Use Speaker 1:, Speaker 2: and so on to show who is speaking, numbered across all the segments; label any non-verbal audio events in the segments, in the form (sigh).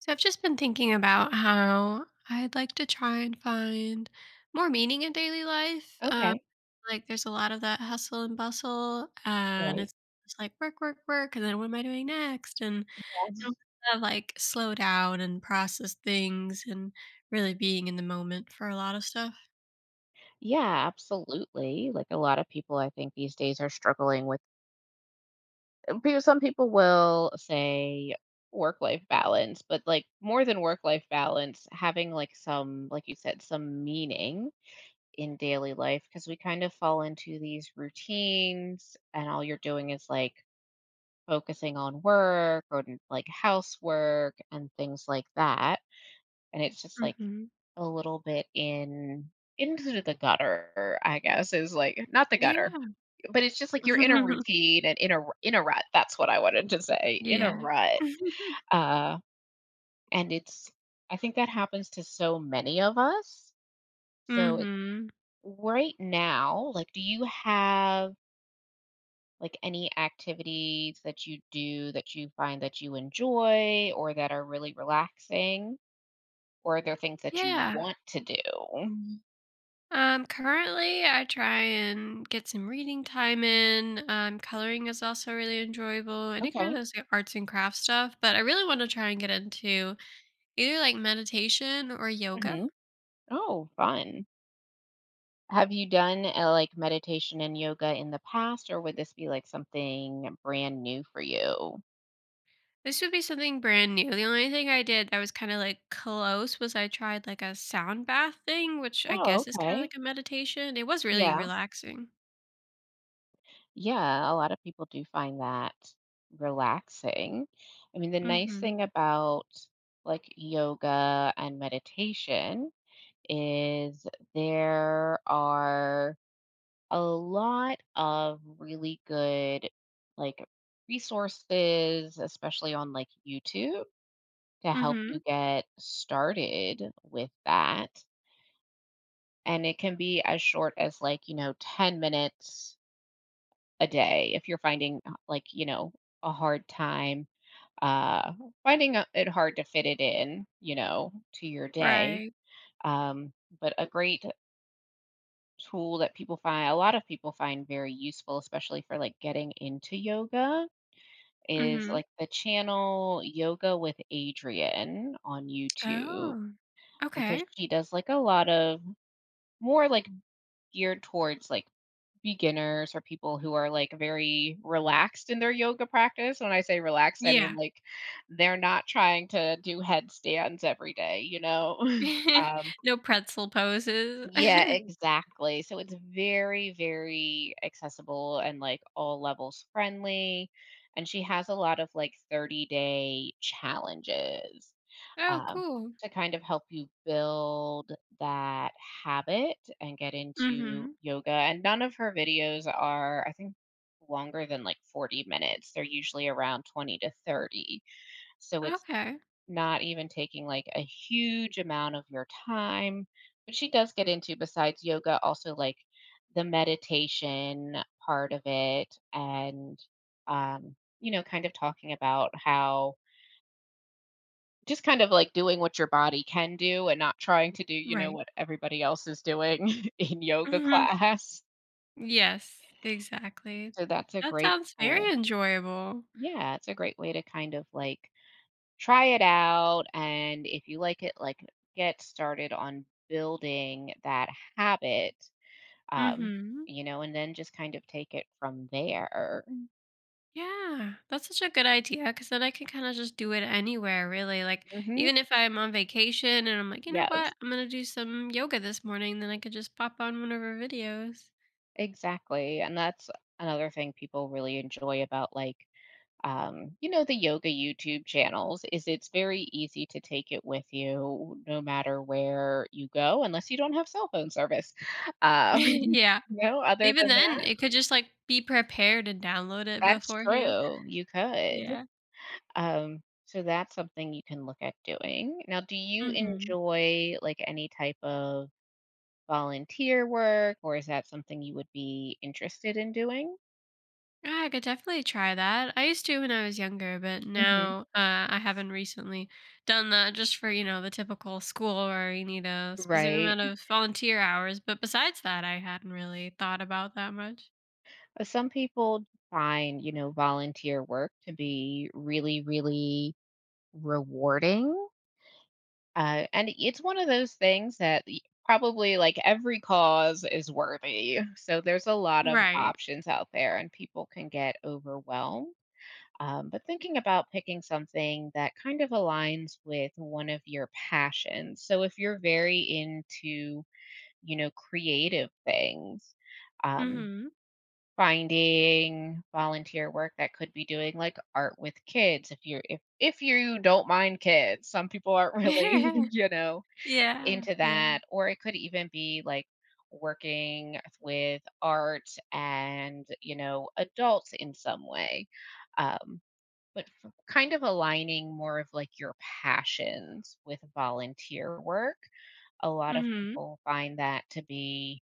Speaker 1: So I've just been thinking about how I'd like to try and find more meaning in daily life.
Speaker 2: Okay.
Speaker 1: Like there's a lot of that hustle and bustle, and
Speaker 2: Right.
Speaker 1: it's just like work, work, work, and then what am I doing next? And I
Speaker 2: Yes.
Speaker 1: don't have, like slow down and process things, and really being in the moment for a lot of stuff.
Speaker 2: Yeah, absolutely. Like a lot of people, I think these days are struggling with. Some people will say work life balance, but like more than work life balance, having like some, like you said, some meaning in daily life because we kind of fall into these routines and all you're doing is like focusing on work or like housework and things like that. And it's just like,
Speaker 1: Hmm.
Speaker 2: a little bit in into the gutter, I guess, is like not the gutter,
Speaker 1: Yeah.
Speaker 2: but it's just like you're in a
Speaker 1: (laughs)
Speaker 2: routine and in a rut. That's what I wanted to say, in a
Speaker 1: Yeah.
Speaker 2: rut.
Speaker 1: (laughs)
Speaker 2: Uh, and it's I think that happens to so many of us. So it,
Speaker 1: Hmm.
Speaker 2: right now, like, do you have like any activities that you do that you find that you enjoy or that are really relaxing, or are there things that you
Speaker 1: Yeah.
Speaker 2: want to do?
Speaker 1: Currently, I try and get some reading time in. Coloring is also really enjoyable. Any kind of
Speaker 2: Okay.
Speaker 1: those like, arts and crafts stuff. But I really want to try and get into either like meditation or yoga.
Speaker 2: Oh, fun. Have you done like meditation and yoga in the past, or would this be like something brand new for you?
Speaker 1: This would be something brand new. The only thing I did that was kind of like close was I tried like a sound bath thing, which I
Speaker 2: Oh,
Speaker 1: guess is kind of
Speaker 2: okay.
Speaker 1: like a meditation. It was really
Speaker 2: Yeah.
Speaker 1: relaxing.
Speaker 2: Yeah. A lot of people do find that relaxing. I mean, the nice
Speaker 1: Mm-hmm.
Speaker 2: thing about like yoga and meditation is there are a lot of really good like resources, especially on like YouTube to help
Speaker 1: Mm-hmm.
Speaker 2: you get started with that. And it can be as short as like, you know, 10 minutes a day if you're finding like, you know, a hard time uh it hard to fit it in, you know, to your day.
Speaker 1: Right.
Speaker 2: Um but a great tool that people find very useful especially for like getting into yoga is
Speaker 1: Mm-hmm.
Speaker 2: like the channel Yoga with Adrian on YouTube
Speaker 1: Oh.
Speaker 2: because
Speaker 1: Okay.
Speaker 2: she does like a lot of more like geared towards like beginners or people who are like very relaxed in their yoga practice. When I say relaxed, I mean
Speaker 1: Yeah.
Speaker 2: like they're not trying to do headstands every day, you know? (laughs) Um,
Speaker 1: (laughs) No pretzel poses.
Speaker 2: yeah,
Speaker 1: (laughs)
Speaker 2: exactly. So it's very, very accessible and like all levels friendly. And she has a lot of like 30-day challenges,
Speaker 1: Oh,
Speaker 2: um,
Speaker 1: cool.
Speaker 2: to kind of help you build that habit and get into
Speaker 1: Mhm.
Speaker 2: yoga. And none of her videos are, I think, longer than like 40 minutes. They're usually around 20 to 30. So it's
Speaker 1: Okay.
Speaker 2: not even taking like a huge amount of your time. But she does get into, besides yoga, also like the meditation part of it and, um, you know, kind of talking about how just kind of like doing what your body can do and not trying to do, you know,
Speaker 1: Right.
Speaker 2: what everybody else is doing (laughs) in yoga
Speaker 1: Mhm.
Speaker 2: class.
Speaker 1: Yes, exactly.
Speaker 2: So that's a
Speaker 1: That
Speaker 2: great
Speaker 1: sounds very
Speaker 2: tool.
Speaker 1: enjoyable.
Speaker 2: Yeah, it's a great way to kind of like try it out. And if you like it, like get started on building that habit, um,
Speaker 1: Mhm.
Speaker 2: you know, and then just kind of take it from there.
Speaker 1: Yeah, that's such a good idea, cause then I can kinda just do it anywhere, really, like,
Speaker 2: hmm
Speaker 1: even if I'm on vacation and I'm like, "You know
Speaker 2: Yes,
Speaker 1: what? I'm gonna do some yoga this morning," then I could just pop on one of her videos.
Speaker 2: exactly. And that's another thing people really enjoy about like, you know, the yoga YouTube channels is it's very easy to take it with you no matter where you go, unless you don't have cell phone service.
Speaker 1: (laughs)
Speaker 2: Uh,
Speaker 1: Yeah.
Speaker 2: (laughs) no, other
Speaker 1: Even
Speaker 2: than
Speaker 1: then,
Speaker 2: that,
Speaker 1: it could just, like, be prepared and download it
Speaker 2: that's
Speaker 1: beforehand.
Speaker 2: true. You could.
Speaker 1: Yeah.
Speaker 2: So that's something you can look at doing. Now, do you
Speaker 1: Mhm.
Speaker 2: enjoy like any type of volunteer work, or is that something you would be interested in doing?
Speaker 1: Yeah, I could definitely try that. I used to when I was younger, but
Speaker 2: hmm
Speaker 1: now I haven't recently done that just for, you know, the typical school where you need a specific
Speaker 2: Right.
Speaker 1: amount of volunteer hours. But besides that, I hadn't really thought about that much.
Speaker 2: Some people find, you know, volunteer work to be really, really rewarding. And it's one of those things that probably like every cause is worthy. So there's a lot of
Speaker 1: Right.
Speaker 2: options out there and people can get overwhelmed. But thinking about picking something that kind of aligns with one of your passions. So if you're very into, you know, creative things, um,
Speaker 1: Mm-hmm.
Speaker 2: finding volunteer work that could be doing, like, art with kids if you're if you don't mind kids. Some people aren't really, (laughs) you know,
Speaker 1: (laughs) Yeah.
Speaker 2: into
Speaker 1: Yeah.
Speaker 2: that, or it could even be, like, working with art and, you know, adults in some way, um, but f kind of aligning more of, like, your passions with volunteer work. A lot of
Speaker 1: Mm-hmm.
Speaker 2: people find that to be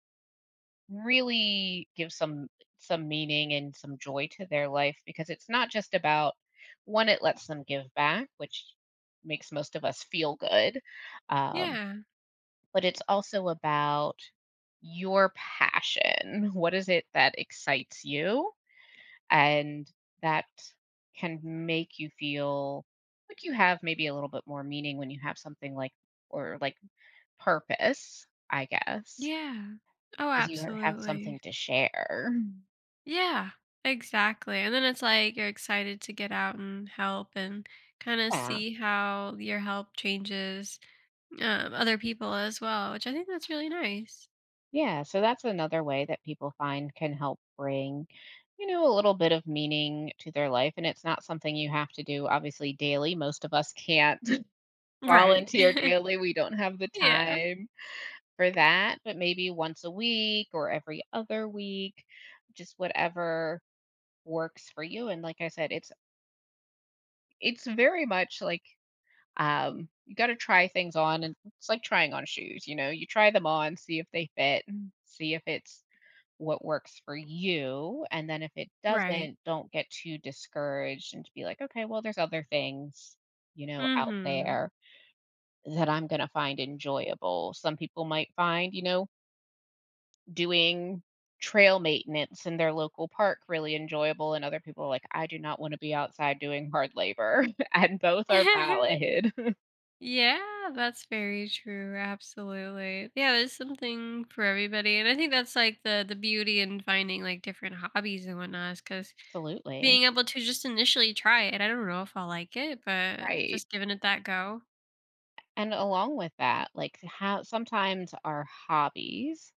Speaker 2: really give some meaning and some joy to their life because it's not just about one it lets them give back which makes most of us feel good, um,
Speaker 1: Yeah.
Speaker 2: but it's also about your passion. (laughs) What is it that excites you and that can make you feel like you have maybe a little bit more meaning when you have something like or like purpose, I guess,
Speaker 1: Yeah. Oh,
Speaker 2: because you have something
Speaker 1: absolutely.
Speaker 2: to share.
Speaker 1: Yeah. Exactly. And then it's like you're excited to get out and help and kind of
Speaker 2: Yeah.
Speaker 1: see how your help changes other people as well, which I think that's really nice.
Speaker 2: Yeah, so that's another way that people find can help bring, you know, a little bit of meaning to their life. And it's not something you have to do, obviously, daily. Most of us can't (laughs)
Speaker 1: Right.
Speaker 2: volunteer
Speaker 1: (laughs)
Speaker 2: daily. We don't have the
Speaker 1: Yeah.
Speaker 2: time for that, but maybe once a week or every other week, just whatever works for you. And like I said, it's very much like, you got to try things on and it's like trying on shoes, you know. You try them on, see if they fit, see if it's what works for you. And then if it
Speaker 1: Right.
Speaker 2: doesn't, don't get too discouraged and to be like, okay, well, there's other things, you know, out
Speaker 1: Hmm.
Speaker 2: there that I'm going to find enjoyable. Some people might find, you know, doing trail maintenance in their local park really enjoyable. And other people are like, I do not want to be outside doing hard labor. (laughs) And both are
Speaker 1: (laughs)
Speaker 2: valid. (laughs)
Speaker 1: Yeah, that's very true. Absolutely. Yeah, there's something for everybody. And I think that's like the beauty in finding like different hobbies and whatnot, because
Speaker 2: Absolutely.
Speaker 1: being able to just initially try it. I don't know if I'll like it, but
Speaker 2: Right.
Speaker 1: just giving it that go.
Speaker 2: And along with that, like how sometimes our hobbies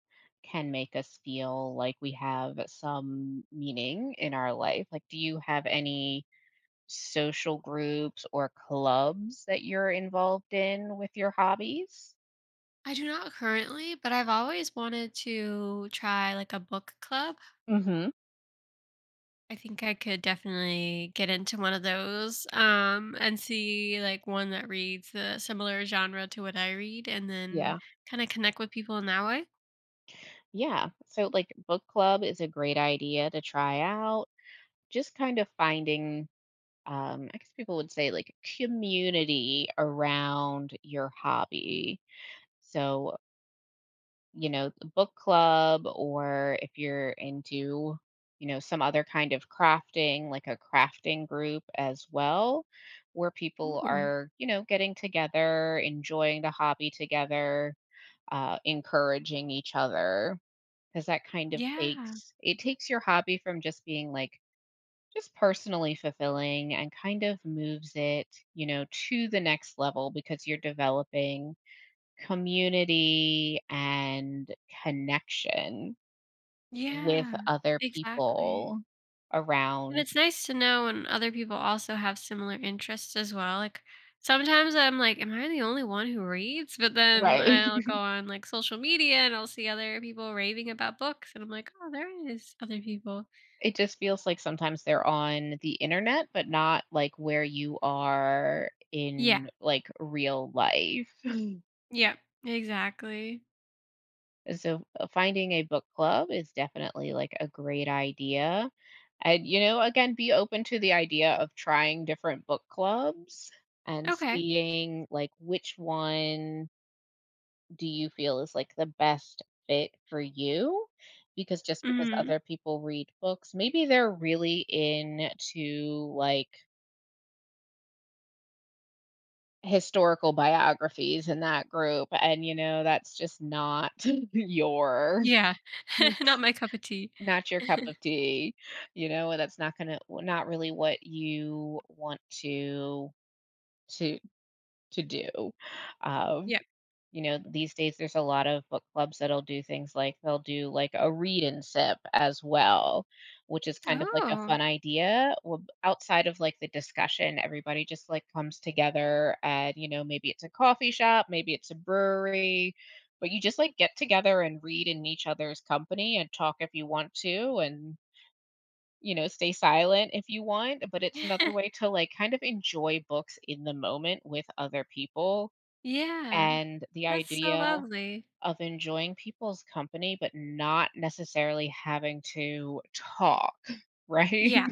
Speaker 2: can make us feel like we have some meaning in our life. Like, do you have any social groups or clubs that you're involved in with your hobbies?
Speaker 1: I do not currently, but I've always wanted to try like a book club.
Speaker 2: hmm
Speaker 1: I think I could definitely get into one of those, and see like one that reads the similar genre to what I read and then
Speaker 2: Yeah.
Speaker 1: kind of connect with people in that way.
Speaker 2: Yeah. So, like, book club is a great idea to try out. Just kind of finding, I guess people would say, like, community around your hobby. So, you know, the book club or if you're into, you know, some other kind of crafting, like a crafting group as well, where people
Speaker 1: Ooh.
Speaker 2: are, you know, getting together, enjoying the hobby together, encouraging each other. Because that kind of
Speaker 1: Yeah.
Speaker 2: takes it takes your hobby from just being like just personally fulfilling and kind of moves it, you know, to the next level because you're developing community and connection with
Speaker 1: Yeah.
Speaker 2: other
Speaker 1: Exactly.
Speaker 2: people
Speaker 1: And
Speaker 2: around.
Speaker 1: it's nice to know when other people also have similar interests as well. Like sometimes I'm like, am I the only one who reads? But then
Speaker 2: Right.
Speaker 1: I'll go
Speaker 2: (laughs)
Speaker 1: on like social media and I'll see other people raving about books and I'm like, oh, there is other people.
Speaker 2: It just feels like sometimes they're on the internet, but not like where you are
Speaker 1: Yeah.
Speaker 2: in like real life. (laughs)
Speaker 1: Yeah. Exactly.
Speaker 2: So finding a book club is definitely like a great idea. And you know, again, be open to the idea of trying different book clubs and
Speaker 1: Okay.
Speaker 2: seeing like which one do you feel is like the best fit for you? Because just because
Speaker 1: Mhm.
Speaker 2: other people read books, maybe they're really into like historical biographies in that group and you know that's just not (laughs) your
Speaker 1: Yeah. (laughs) Not my cup of tea.
Speaker 2: not
Speaker 1: (laughs)
Speaker 2: your cup of tea, you know, and that's not gonna not really what you want to to to do. um
Speaker 1: Yeah.
Speaker 2: You know, these days there's a lot of book clubs that'll do things like they'll do like a read and sip as well, which is kind of like a
Speaker 1: Oh.
Speaker 2: fun idea. Well, outside of like the discussion, everybody just like comes together and, you know, maybe it's a coffee shop, maybe it's a brewery, but you just like get together and read in each other's company and talk if you want to and you know stay silent if you want but it's another way
Speaker 1: (laughs)
Speaker 2: to like kind of enjoy books in the moment with other people
Speaker 1: Yeah.
Speaker 2: and the
Speaker 1: That's so
Speaker 2: idea
Speaker 1: lovely.
Speaker 2: of enjoying people's company, but not necessarily having to talk, (laughs) right?
Speaker 1: Yeah.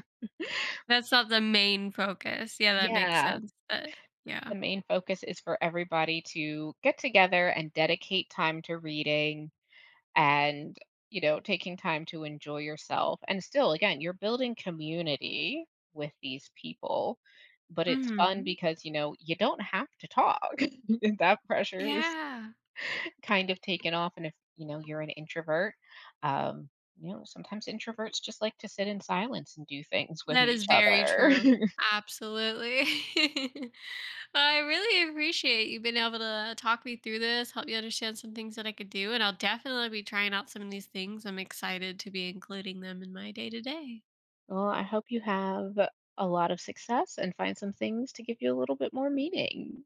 Speaker 1: That's not the main focus. Yeah, that makes
Speaker 2: Yeah.
Speaker 1: sense, but yeah.
Speaker 2: The main focus is for everybody to get together and dedicate time to reading and, you know, taking time to enjoy yourself. And still, again, you're building community with these people, but it's fun
Speaker 1: Mhm.
Speaker 2: because, you know, you don't have to talk. (laughs) That pressure
Speaker 1: Yeah.
Speaker 2: kind of taken off. And if you know you're an introvert, um, you know sometimes introverts just like to sit in silence and do things with
Speaker 1: That is
Speaker 2: each
Speaker 1: very
Speaker 2: other.
Speaker 1: true. Absolutely. (laughs) Well, I really appreciate you being able to talk me through this, help me understand some things that I could do, and I'll definitely be trying out some of these things. I'm excited to be including them in my day to day.
Speaker 2: (laughs) Well, I hope you have a lot of success and find some things to give you a little bit more meaning.